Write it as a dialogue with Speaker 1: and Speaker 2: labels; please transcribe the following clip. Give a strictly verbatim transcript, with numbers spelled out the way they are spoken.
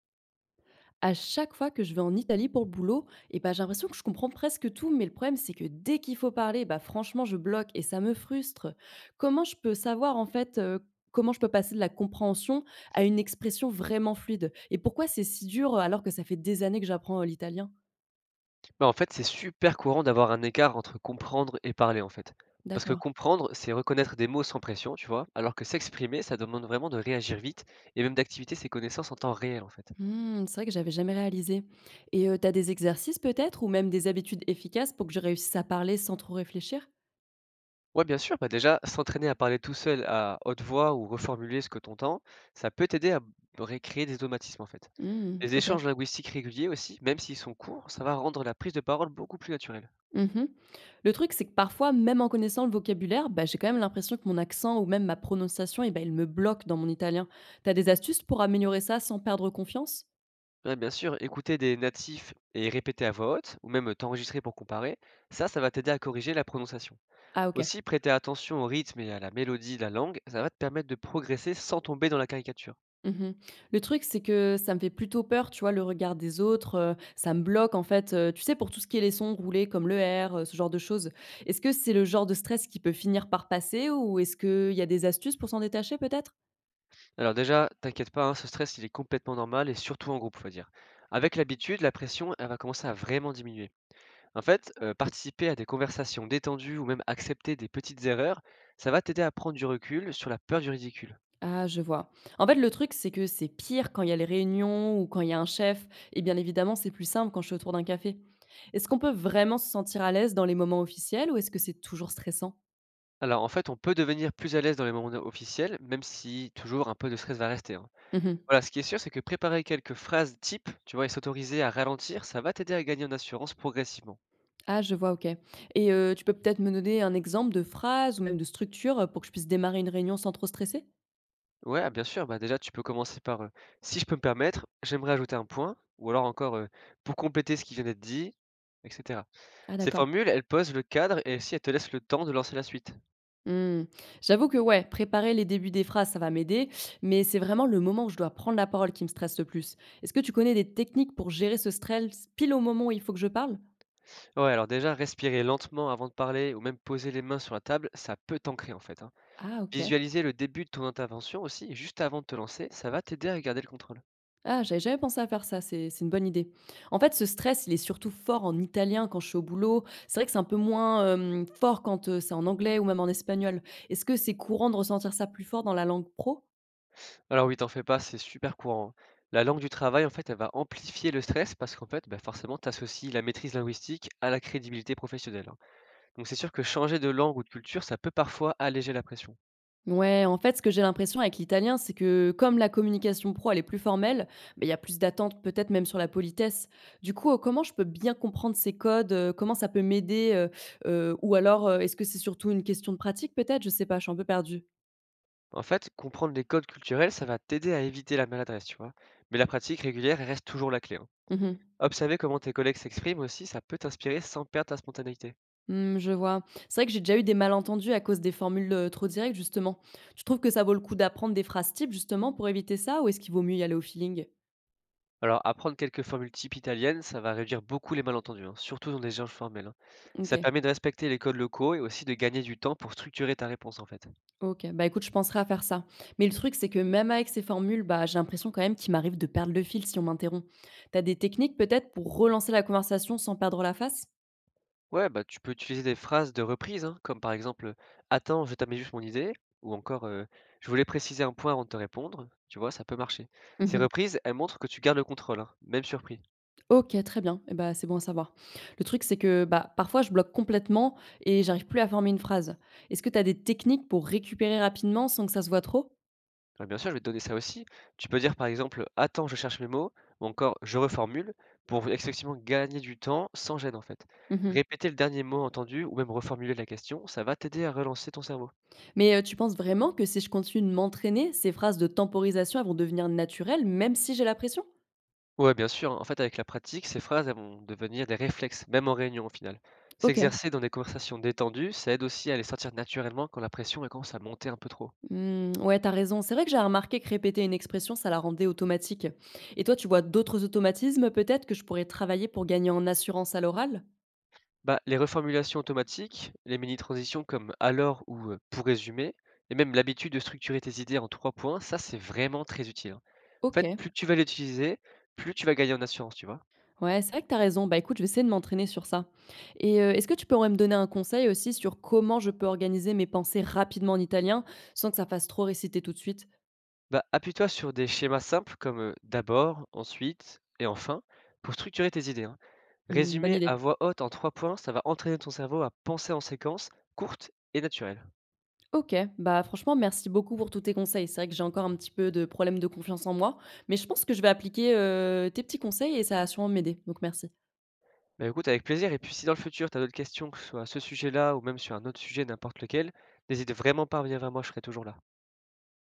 Speaker 1: À chaque fois que je vais en Italie pour le boulot, et ben, j'ai l'impression que je comprends presque tout, mais le problème c'est que dès qu'il faut parler, bah franchement je bloque et ça me frustre. Comment je peux savoir en fait euh, comment je peux passer de la compréhension à une expression vraiment fluide? Et pourquoi c'est si dur euh, alors que ça fait des années que j'apprends euh, l'italien?
Speaker 2: Bah, en fait, c'est super courant d'avoir un écart entre comprendre et parler, en fait. Parce que
Speaker 1: D'accord.
Speaker 2: comprendre, c'est reconnaître des mots sans pression, tu vois, alors que s'exprimer, ça demande vraiment de réagir vite et même d'activer ses connaissances en temps réel, en fait.
Speaker 1: Hmm, c'est vrai que j'avais jamais réalisé. Et euh, t'as des exercices peut-être ou même des habitudes efficaces pour que je réussisse à parler sans trop réfléchir?
Speaker 2: Ouais, bien sûr, bah déjà, s'entraîner à parler tout seul à haute voix ou reformuler ce que t'entends, ça peut t'aider à recréer des automatismes, en fait.
Speaker 1: Hmm,
Speaker 2: Les
Speaker 1: ok.
Speaker 2: échanges linguistiques réguliers aussi, même s'ils sont courts, ça va rendre la prise de parole beaucoup plus naturelle.
Speaker 1: Mmh. Le truc, c'est que parfois, même en connaissant le vocabulaire, bah, j'ai quand même l'impression que mon accent ou même ma prononciation et bah, il me bloque dans mon italien. T'as des astuces pour améliorer ça sans perdre confiance?
Speaker 2: Ouais, bien sûr, écouter des natifs et répéter à voix haute, ou même t'enregistrer pour comparer, ça, ça va t'aider à corriger la prononciation.
Speaker 1: Ah OK.
Speaker 2: Aussi, prêter attention au rythme et à la mélodie de la langue, ça va te permettre de progresser sans tomber dans la caricature.
Speaker 1: Mmh. Le truc, c'est que ça me fait plutôt peur, tu vois, le regard des autres, heu, ça me bloque en fait, heu, tu sais, pour tout ce qui est les sons roulés comme le R, heu, ce genre de choses. Est-ce que c'est le genre de stress qui peut finir par passer ou est-ce qu'il y a des astuces pour s'en détacher peut-être?
Speaker 2: Alors déjà, t'inquiète pas, hein, ce stress, il est complètement normal et surtout en groupe, faut dire. Avec l'habitude, la pression, elle va commencer à vraiment diminuer. En fait, euh, participer à des conversations détendues ou même accepter des petites erreurs, ça va t'aider à prendre du recul sur la peur du ridicule.
Speaker 1: Ah, je vois. En fait, le truc, c'est que c'est pire quand il y a les réunions ou quand il y a un chef. Et bien évidemment, c'est plus simple quand je suis autour d'un café. Est-ce qu'on peut vraiment se sentir à l'aise dans les moments officiels ou est-ce que c'est toujours stressant?
Speaker 2: Alors en fait, on peut devenir plus à l'aise dans les moments officiels, même si toujours un peu de stress va rester, hein.
Speaker 1: Mhm.
Speaker 2: Voilà, ce qui est sûr, c'est que préparer quelques phrases type, tu vois, et s'autoriser à ralentir, ça va t'aider à gagner en assurance progressivement.
Speaker 1: Ah, je vois, ok. Et euh, tu peux peut-être me donner un exemple de phrase ou même de structure euh, pour que je puisse démarrer une réunion sans trop stresser?
Speaker 2: Ouais, ah, bien sûr, bah déjà, tu peux commencer par euh, si je peux me permettre, j'aimerais ajouter un point, ou alors encore euh, pour compléter ce qui vient d'être dit, et cetera.
Speaker 1: Ah,
Speaker 2: Ces
Speaker 1: d'accord.
Speaker 2: formules, elles posent le cadre et aussi elles te laissent le temps de lancer la suite.
Speaker 1: Hmm. J'avoue que ouais, préparer les débuts des phrases, ça va m'aider, mais c'est vraiment le moment où je dois prendre la parole qui me stresse le plus. Est-ce que tu connais des techniques pour gérer ce stress pile au moment où il faut que je parle?
Speaker 2: Ouais, alors déjà, respirer lentement avant de parler ou même poser les mains sur la table, ça peut t'ancrer en fait, hein.
Speaker 1: Ah OK.
Speaker 2: Visualiser le début de ton intervention aussi, juste avant de te lancer, ça va t'aider à garder le contrôle.
Speaker 1: Ah, j'avais jamais pensé à faire ça, c'est c'est une bonne idée. En fait, ce stress, il est surtout fort en italien quand je suis au boulot. C'est vrai que c'est un peu moins, hem, fort quand, heu, c'est en anglais ou même en espagnol. Est-ce que c'est courant de ressentir ça plus fort dans la langue pro?
Speaker 2: Alors oui, t'en fais pas, c'est super courant, hein. La langue du travail, en fait, elle va amplifier le stress parce qu'en fait, bah, forcément, tu associes la maîtrise linguistique à la crédibilité professionnelle, hein. Donc c'est sûr que changer de langue ou de culture, ça peut parfois alléger la pression.
Speaker 1: Ouais, en fait, ce que j'ai l'impression avec l'italien, c'est que comme la communication pro, elle est plus formelle, beh, il y a plus d'attentes peut-être même sur la politesse. Du coup, heu, comment je peux bien comprendre ces codes, heu? Comment ça peut m'aider, heu? Heu, ou alors, heu, est-ce que c'est surtout une question de pratique peut-être? Je sais pas, je suis un peu perdue.
Speaker 2: En fait, comprendre les codes culturels, ça va t'aider à éviter la maladresse, tu vois. Mais la pratique régulière, elle reste toujours la clé, hein.
Speaker 1: Mmh.
Speaker 2: Observer comment tes collègues s'expriment aussi, ça peut t'inspirer sans perdre ta spontanéité.
Speaker 1: Mmh, je vois. C'est vrai que j'ai déjà eu des malentendus à cause des formules, heu, trop directes justement. Tu trouves que ça vaut le coup d'apprendre des phrases types justement pour éviter ça ou est-ce qu'il vaut mieux y aller au feeling?
Speaker 2: Alors, apprendre quelques formules types italiennes, ça va réduire beaucoup les malentendus, hein, surtout dans des échanges formels, hein. Ça
Speaker 1: OK,
Speaker 2: permet de respecter les codes locaux et aussi de gagner du temps pour structurer ta réponse en fait.
Speaker 1: OK. Bah, écoute, je penserai à faire ça. Mais le truc, c'est que même avec ces formules, bah, j'ai l'impression quand même qu'il m'arrive de perdre le fil si on m'interrompt. T'as des techniques peut-être pour relancer la conversation sans perdre la face?
Speaker 2: Ouais, bah tu peux utiliser des phrases de reprise, hein, comme par exemple «Attends, je t'amène juste mon idée» ou encore euh, «Je voulais préciser un point avant de te répondre». Tu vois, ça peut marcher. Ces
Speaker 1: Mmh.
Speaker 2: reprises, elles montrent que tu gardes le contrôle, hein, même surpris.
Speaker 1: OK, très bien. Et bah, c'est bon à savoir. Le truc, c'est que, bah, parfois je bloque complètement et j'arrive plus à former une phrase. Est-ce que tu as des techniques pour récupérer rapidement sans que ça se voit trop?
Speaker 2: Ouais, bien sûr, je vais te donner ça aussi. Tu peux dire par exemple, attends, je cherche mes mots, ou encore je reformule, pour effectivement gagner du temps sans gêne en fait.
Speaker 1: Mmh.
Speaker 2: Répéter le dernier mot entendu ou même reformuler la question, ça va t'aider à relancer ton cerveau.
Speaker 1: Mais heu, tu penses vraiment que si je continue de m'entraîner, ces phrases de temporisation, elles vont devenir naturelles, même si j'ai la pression?
Speaker 2: Ouais, bien sûr, en fait, avec la pratique, ces phrases elles vont devenir des réflexes, même en réunion au final.
Speaker 1: OK.
Speaker 2: S'exercer dans des conversations détendues, ça aide aussi à les sortir naturellement quand la pression et quand ça montait un peu trop.
Speaker 1: Mmh, ouais, t'as raison. C'est vrai que j'ai remarqué que répéter une expression, ça la rendait automatique. Et toi, tu vois d'autres automatismes peut-être que je pourrais travailler pour gagner en assurance à l'oral?
Speaker 2: Bah, les reformulations automatiques, les mini-transitions comme alors ou euh, pour résumer, et même l'habitude de structurer tes idées en trois points, ça c'est vraiment très utile, hein. En fait,
Speaker 1: OK.
Speaker 2: plus tu vas l'utiliser, plus tu vas gagner en assurance, tu vois.
Speaker 1: Ouais, c'est vrai que t'as raison. Bah, écoute, je vais essayer de m'entraîner sur ça. Et heu, est-ce que tu pourrais me donner un conseil aussi sur comment je peux organiser mes pensées rapidement en italien, sans que ça fasse trop réciter tout de suite?
Speaker 2: Bah, appuie-toi sur des schémas simples comme euh, d'abord, ensuite et enfin pour structurer tes idées, hein.
Speaker 1: Mmh, bonne
Speaker 2: Résumer à
Speaker 1: idée.
Speaker 2: voix haute en trois points, ça va entraîner ton cerveau à penser en séquence courte et naturelle.
Speaker 1: OK, bah, franchement merci beaucoup pour tous tes conseils. C'est vrai que j'ai encore un petit peu de problème de confiance en moi, mais je pense que je vais appliquer, heu, tes petits conseils et ça va sûrement m'aider, donc merci.
Speaker 2: Bah, écoute avec plaisir et puis si dans le futur tu as d'autres questions, que ce soit à ce sujet-là ou même sur un autre sujet n'importe lequel, n'hésite vraiment pas à revenir vers moi, je serai toujours là.